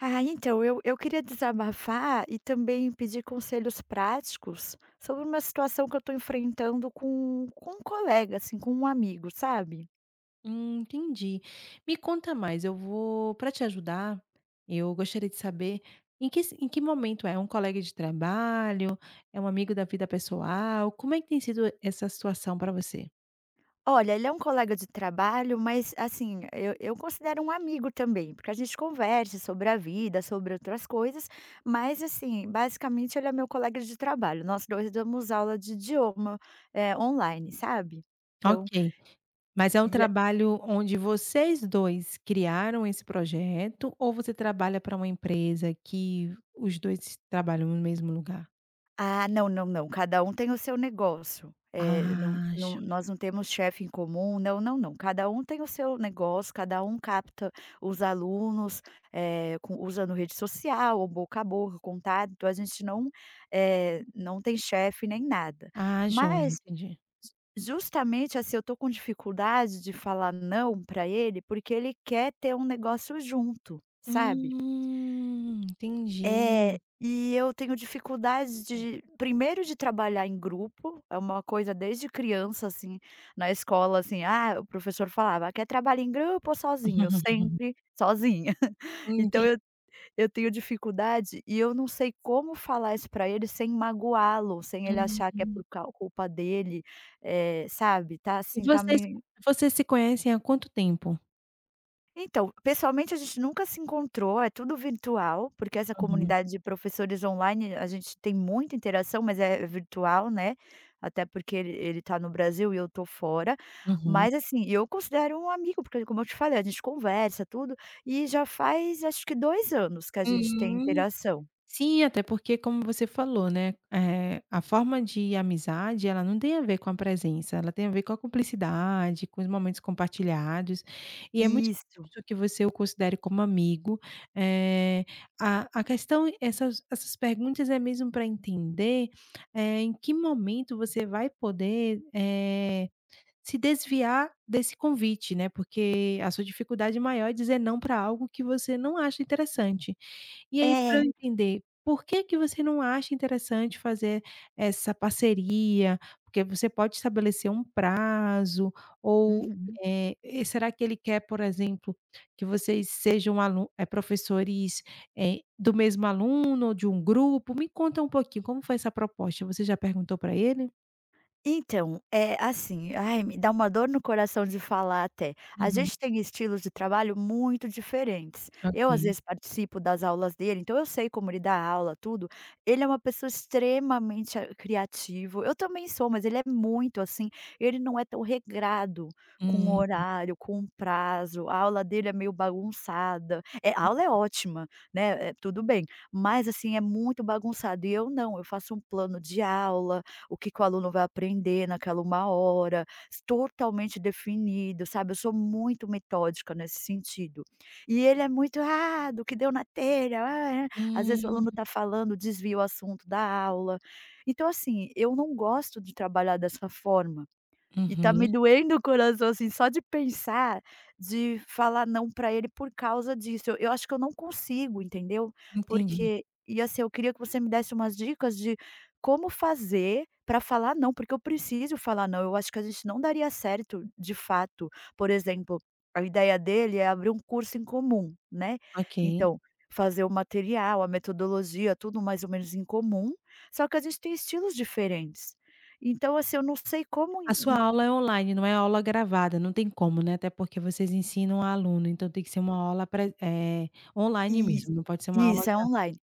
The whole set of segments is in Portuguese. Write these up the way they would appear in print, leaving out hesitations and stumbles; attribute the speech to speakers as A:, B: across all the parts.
A: Ah, então, eu queria desabafar e também pedir conselhos práticos sobre uma situação que eu estou enfrentando com um colega, assim, com um amigo, sabe.
B: Entendi. Me conta mais, eu vou para te ajudar, eu gostaria de saber em que s em que momento é? É um colega de trabalho? É um amigo da vida pessoal? Como é que tem sido essa situação para você?
A: Olha, ele é um colega de trabalho, mas, assim, eu considero um amigo também, porque a gente conversa sobre a vida, sobre outras coisas, mas, assim, basicamente ele é meu colega de trabalho. Nós 2 damos aula de idioma, online, sabe. Então,
B: Ok, mas é um
A: e
B: trabalho onde vocês dois criaram esse projeto ou você trabalha para uma empresa que os 2 trabalham no mesmo lugar?
A: ah, não, não, não, cada um tem o seu negócio. Eh, não
B: Ah,
A: não
B: joia.
A: nós não temos chefe em comum, não, não, não, cada um tem o seu negócio, cada um capta os alunos, com usando rede social ou boca a boca, contato. Então a gente não, não tem chefe nem nada.
B: Ah, joia,
A: Mas,
B: entendi.
A: justamente, assim, eu tô com dificuldade de falar não para ele, porque ele quer ter um negócio junto, sabe? É,
B: Entendi.
A: e eu tenho dificuldades de primeiro de trabalhar em grupo, é uma coisa desde criança, assim, na escola, assim, ah, o professor falava: "Ah, quer trabalhar em grupo ou sozinho?", sempre sozinha. Então
B: Entendi.
A: eu tenho dificuldade e eu não sei como falar isso pra ele sem magoá-lo, sem ele achar que é
B: Hum.
A: por cau culpa dele, sabe, tá
B: E
A: assim, tá
B: vocês
A: me...
B: vocês se conhecem há quanto tempo?
A: Então, pessoalmente a gente nunca se encontrou, é tudo virtual, porque essa
B: Uhum,
A: comunidade de professores online, a gente tem muita interação, mas é virtual, né? Até porque ele tá no Brasil e eu tô fora.
B: uhum.
A: Mas assim, eu considero um amigo, porque como eu te falei, a gente conversa tudo, e já faz acho que 2 anos que a gente tem
B: Hum.
A: interação.
B: Sim, até porque como você falou, né, a forma de amizade ela não tem a ver com a presença, ela tem a ver com a cumplicidade, com os momentos compartilhados, e é muito
A: Isso.
B: justo que você o considere como amigo. Eh, a questão, essas perguntas é mesmo para entender, em que momento você vai poder, se desviar desse convite, né, porque a sua dificuldade maior é dizer não para algo que você não acha interessante. E aí para eu
A: É.
B: entender, por que que você não acha interessante fazer essa parceria? Porque você pode estabelecer um prazo ou,
A: Uhum.
B: e será que ele quer, por exemplo, que vocês sejam professores, do mesmo aluno ou de um grupo? Me conta um pouquinho, como foi essa proposta? Você já perguntou para ele?
A: Então, é assim, ai, me dá uma dor no coração de falar até. A
B: Uhum,
A: gente tem estilos de trabalho muito diferentes.
B: ok.
A: Eu, às vezes, participo das aulas dele, então eu sei como ele dá aula, tudo. Ele é uma pessoa extremamente a criativo, eu também sou, mas ele é muito assim, ele não é tão regrado com
B: Hum,
A: horário, com prazo, a aula dele é meio bagunçada. É, a aula é ótima, né, tudo bem, mas, assim, é muito bagunçado e eu não, eu faço um plano de aula, o que que o aluno vai aprender naquela uma hora, s totalmente definido, sabe, eu sou muito metódica nesse sentido. E ele é muito: "Ah, do que deu na telha, ah, ah". Às vezes o aluno
B: hum.
A: está falando, desvia o assunto da aula. Então assim, eu não gosto de trabalhar dessa forma. E tá
B: Uhum,
A: me doendo o coração, assim, só de pensar, de falar não pra ele por causa disso. Eu acho que eu não consigo, entendeu?
B: entendi.
A: Porque e assim, eu queria que você me desse umas dicas de como fazer pra falar não, porque eu preciso falar não. Eu acho que a gente não daria certo, de fato. Por exemplo, a ideia dele é abrir um curso em comum, né.
B: Ok.
A: Então, fazer o material, a metodologia, tudo mais ou menos em comum, só que a gente tem estilos diferentes. Então, assim, eu não sei como...
B: A sua aula é online, não é aula gravada, não tem como, né, até porque vocês ensinam a aluno, então tem que ser uma aula online
A: E
B: mesmo, não pode ser uma aula
A: isso, é
B: gravada.
A: online.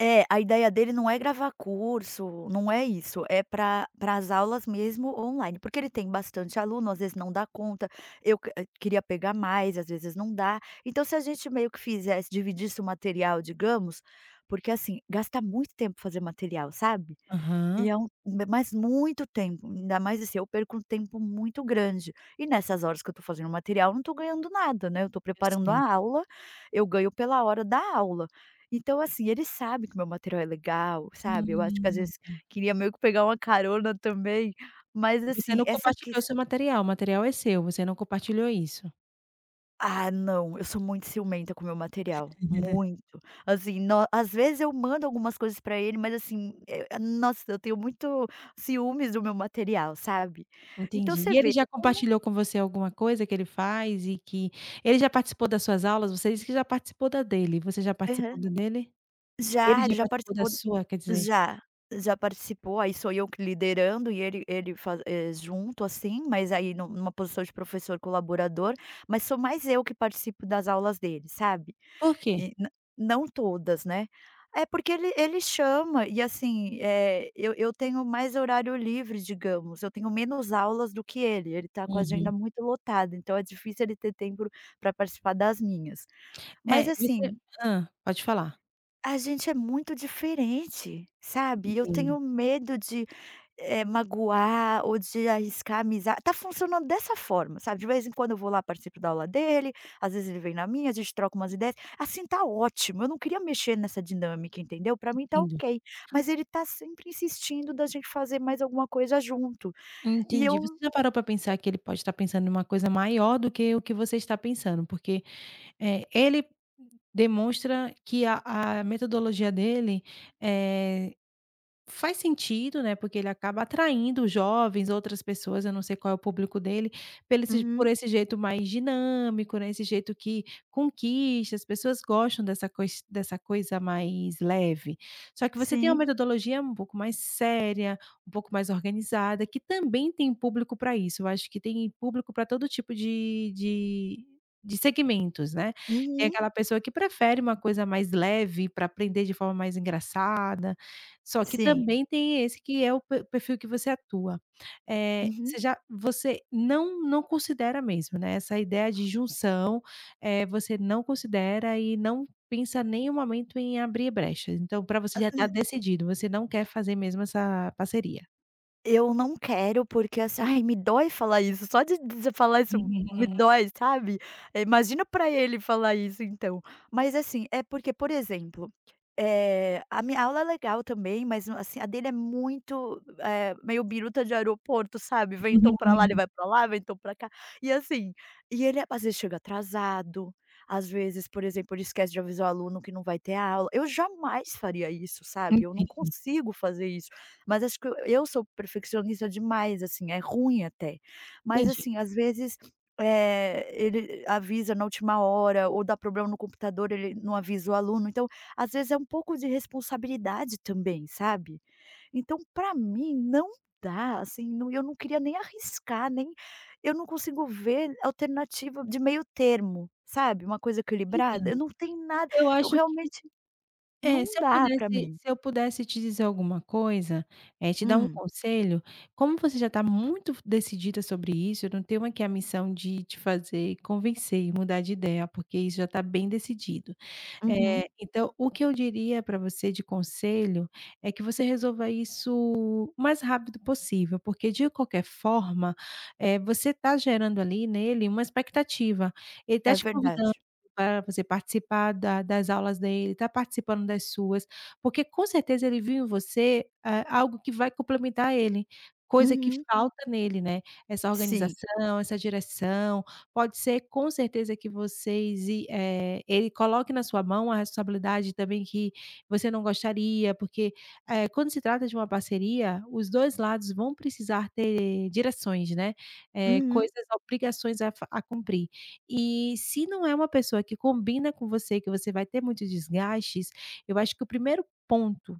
A: É, a ideia dele não é gravar curso, não é isso, é para as aulas mesmo online, porque ele tem bastante aluno, às vezes não dá conta, eu que queria pegar mais, às vezes não dá. Então se a gente meio que fizesse dividisse o material, digamos, porque assim, gasta muito tempo fazer material, sabe? E
B: Aham,
A: é um mas muito tempo, ainda mais assim, eu perco um tempo muito grande. E nessas horas que eu tô fazendo o material, eu não tô ganhando nada, né, eu tô
B: eu
A: preparando
B: sei.
A: a aula, eu ganho pela hora da aula. Então assim, ele sabe que meu material é legal, sabe, eu acho que às
B: Hum.
A: vezes queria meio que pegar uma carona também, mas
B: Você
A: assim,
B: não
A: essa
B: compartilhou
A: ques...
B: seu material, o material é seu, você não compartilhou isso.
A: Ah, não, eu sou muito ciumenta com o meu material, muito. Assim, no às vezes eu mando algumas coisas pra ele, mas assim, nossa, eu tenho muito ciúmes do meu material, sabe. Então
B: Entendi.
A: você
B: E ele
A: vê,
B: já
A: eu não...
B: compartilhou com você alguma coisa que ele faz e que ele já participou das suas aulas? Você disse que já participou da dele, você já participou
A: Aham.
B: da dele? Ele
A: Já, ele
B: já
A: já
B: participou da
A: participou.
B: sua, quer dizer.
A: Já, já participou, aí sou eu que liderando e ele faz junto, assim, mas aí nu numa posição de professor colaborador, mas sou mais eu que participo das aulas dele, sabe.
B: Por quê?
A: E nã não todas, né. É porque ele chama e assim, eu tenho mais horário livre, digamos, eu tenho menos aulas do que ele tá com a agenda
B: Uhum.
A: muito lotada, então é difícil ele ter tempo para participar das minhas. Mas
B: É, você
A: assim
B: pode falar.
A: a gente é muito diferente, sabe. Eu
B: Entendo,
A: tenho medo de, magoar ou de arriscar amiza, tá funcionando dessa forma, sabe. De vez em quando eu vou lá, participo da aula dele, às vezes ele vem na minha, a gente troca umas ideias, assim tá ótimo, eu não queria mexer nessa dinâmica, entendeu. Pra mim tá
B: entendo.
A: ok, mas ele tá sempre insistindo da gente fazer mais alguma coisa junto, e
B: Entendi.
A: eu...
B: Você já parou pra pensar que ele pode estar pensando em uma coisa maior do que o que você está pensando? Porque, ele demonstra que a metodologia dele, eh faz sentido, né, porque ele acaba atraindo jovens, outras pessoas, eu não sei qual é o público dele, pelo esse por
A: Uhum,
B: esse jeito mais dinâmico, né, esse jeito que conquista, as pessoas gostam dessa cois dessa coisa mais leve. Só que você tem uma
A: sim,
B: metodologia um pouco mais séria, um pouco mais organizada, que também tem público para isso, eu acho que tem público para todo tipo de de segmentos, né. Tem
A: uhum,
B: aquela pessoa que prefere uma coisa mais leve para aprender de forma mais engraçada, só que
A: sim,
B: também tem esse que é o pe perfil que você atua.
A: uhum.
B: Você já você não considera mesmo, né, essa ideia de junção, você não considera e não pensa nenhum momento em abrir brechas. Então para você já está decidido, você não quer fazer mesmo essa parceria.
A: Eu não quero, porque assim, ai, me dói falar isso, só de você falar isso
B: Uhum.
A: me dói, sabe. Imagina pra ele falar isso então. Mas assim, é porque, por exemplo, a minha aula é legal também, mas assim, a dele é muito, meio biruta de aeroporto, sabe. Ventou pra lá, ele vai pra lá, ventou pra cá. E assim, e ele às vezes chega atrasado, às vezes, por exemplo, ele esquece de avisar o aluno que não vai ter aula. Eu jamais faria isso, sabe, eu não
B: Entendi,
A: consigo fazer isso. Mas acho que eu sou perfeccionista demais, assim, é ruim até. Mas,
B: entendi.
A: assim, às vezes, ele avisa na última hora ou dá problema no computador, ele não avisa o aluno, então, às vezes, é um pouco de responsabilidade também, sabe. Então, para mim, não dá, assim, não eu não queria nem arriscar, nem eu não consigo ver alternativa de meio termo, sabe, uma coisa equilibrada. Eu
B: Entendo.
A: não tem nada,
B: Eu
A: eu
B: acho que
A: realmente
B: é,
A: não
B: se eu
A: dá para
B: pudesse
A: mim.
B: te dizer alguma coisa, te dar um
A: Hum,
B: conselho, como você já está muito decidida sobre isso, eu não tenho aqui a missão de te fazer convencer e mudar de ideia, porque isso já está bem decidido.
A: uhum,
B: Então o que eu diria para você de conselho é que você resolva isso o mais rápido possível, porque de qualquer forma, você está gerando ali nele uma expectativa. Ele está
A: é
B: te convidando
A: verdade.
B: para você participar da das aulas dele, está participando das suas, porque com certeza ele viu em você, algo que vai complementar ele, coisa que
A: Uhum,
B: falta nele, né. Essa
A: sim.
B: organização, essa direção, pode ser com certeza que vocês e ele coloque na sua mão a responsabilidade também que você não gostaria, porque, quando se trata de uma parceria, os 2 lados vão precisar ter direções, né,
A: Uhum.
B: coisas, obrigações a cumprir. E se não é uma pessoa que combina com você, que você vai ter muitos desgastes, eu acho que o primeiro ponto,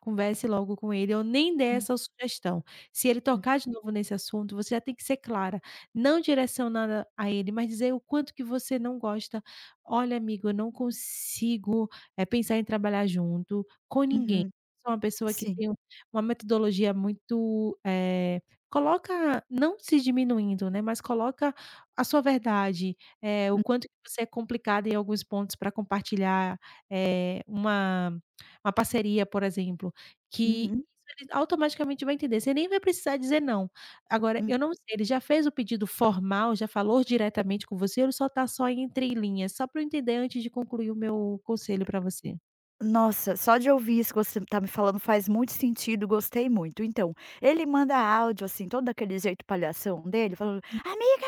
B: converse logo com ele ou nem dê
A: Hum,
B: essa sugestão. Se ele
A: hum,
B: tocar de novo nesse assunto, você já tem que ser clara, não direcionada a ele, mas dizer o quanto que você não gosta. "Olha amigo, eu não consigo, pensar em trabalhar junto com ninguém.
A: uhum,
B: Sou uma pessoa que
A: sim.
B: tem uma metodologia muito, coloca não se diminuindo, né, mas coloca a sua verdade, o
A: Hum,
B: quanto que você é complicada em alguns pontos para compartilhar, eh, uma uma parceria, por exemplo. Que
A: uhum,
B: isso ele automaticamente vai entender, você nem vai precisar dizer não. Agora,
A: hum.
B: eu não sei, ele já fez o pedido formal, já falou diretamente com você ou ele só está só entre linhas? Só para eu entender antes de concluir o meu conselho para você.
A: Nossa, só de ouvir isso que você tá me falando faz muito sentido, gostei muito. Então, ele manda áudio, assim, todo daquele jeito palhação dele, falando: "Amiga,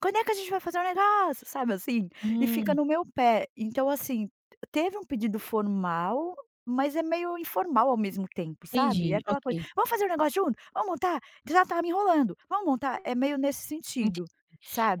A: quando é que a gente vai fazer um negócio?", sabe, assim? E fica
B: Hum,
A: no meu pé. Então, assim, teve um pedido formal, mas é meio informal ao mesmo tempo, sabe? É
B: entendi,
A: aquela coisa:
B: ok.
A: "Vamos fazer um negócio junto? Vamos montar? Já tá me enrolando, vamos montar?". É meio nesse sentido,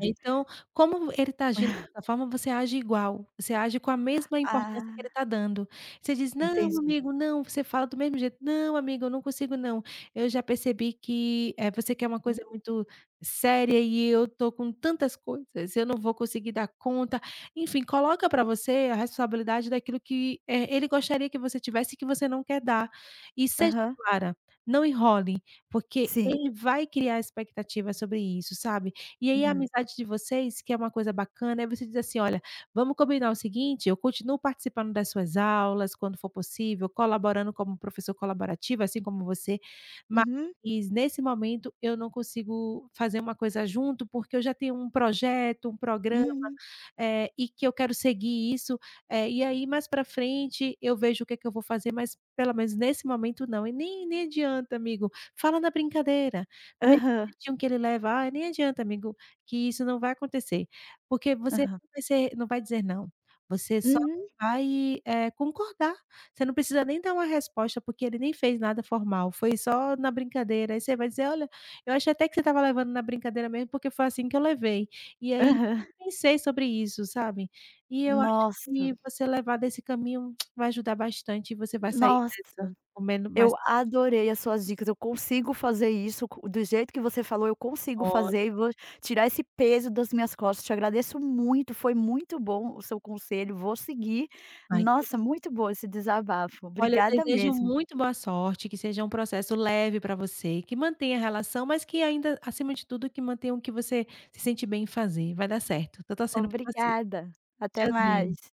B: É, então, como ele está agindo dessa forma, você age igual, você age com a mesma importância que ele
A: Ah,
B: está dando. Você diz: "Não,
A: entendi.
B: amigo, não", você fala do mesmo jeito: "Não, amigo, eu não consigo não. Eu já percebi que, você quer uma
A: Hum,
B: coisa muito séria e eu estou com tantas coisas, eu não vou conseguir dar conta". Enfim, coloca para você a responsabilidade daquilo que, ele gostaria que você tivesse e que você não quer dar. E seja
A: aham,
B: clara, não enrole, porque
A: sim.
B: ele vai criar expectativa sobre isso, sabe? E aí a
A: Uhum,
B: amizade de vocês, que é uma coisa bacana, é você dizer assim: "Olha, vamos combinar o seguinte, eu continuo participando das suas aulas, quando for possível, colaborando como professor colaborativo, assim como você, mas
A: uhum,
B: nesse momento eu não consigo fazer uma coisa junto, porque eu já tenho um projeto, um programa,
A: uhum,
B: e que eu quero seguir isso, e aí mais para frente eu vejo o que é que eu vou fazer, mas pelo menos nesse momento não". E nem adianta, amigo, fala na brincadeira. Do mesmo
A: aham,
B: jeitinho que ele leva: "Ai, nem adianta amigo, que isso não vai acontecer", porque você
A: aham,
B: não vai dizer não, você só
A: uhum,
B: vai, concordar, você não precisa nem dar uma resposta, porque ele nem fez nada formal, foi só na brincadeira, aí você vai dizer: "Olha, eu achei até que você estava levando na brincadeira mesmo, porque foi assim que eu levei, e aí nem
A: aham.
B: pensei sobre isso", sabe. E eu acho
A: Nossa,
B: que você levar desse caminho vai ajudar bastante e você vai sair dessa
A: nossa,
B: comendo mais
A: eu adorei as suas dicas, eu consigo fazer isso co do jeito que você falou, eu consigo fazer
B: forte.
A: e vou tirar esse peso das minhas costas. Te agradeço muito, foi muito bom o seu conselho, vou seguir.
B: Ai, que
A: Nossa, muito bom esse desabafo.
B: Olha, eu
A: Obrigada
B: desejo
A: mesmo.
B: muito boa sorte, que seja um processo leve para você, que mantenha a relação, mas que ainda, acima de tudo, que mantenha o que você se sente bem em fazer. Vai dar certo. Tô torcendo por você.
A: Obrigada, até mais.
B: Tchauzinho.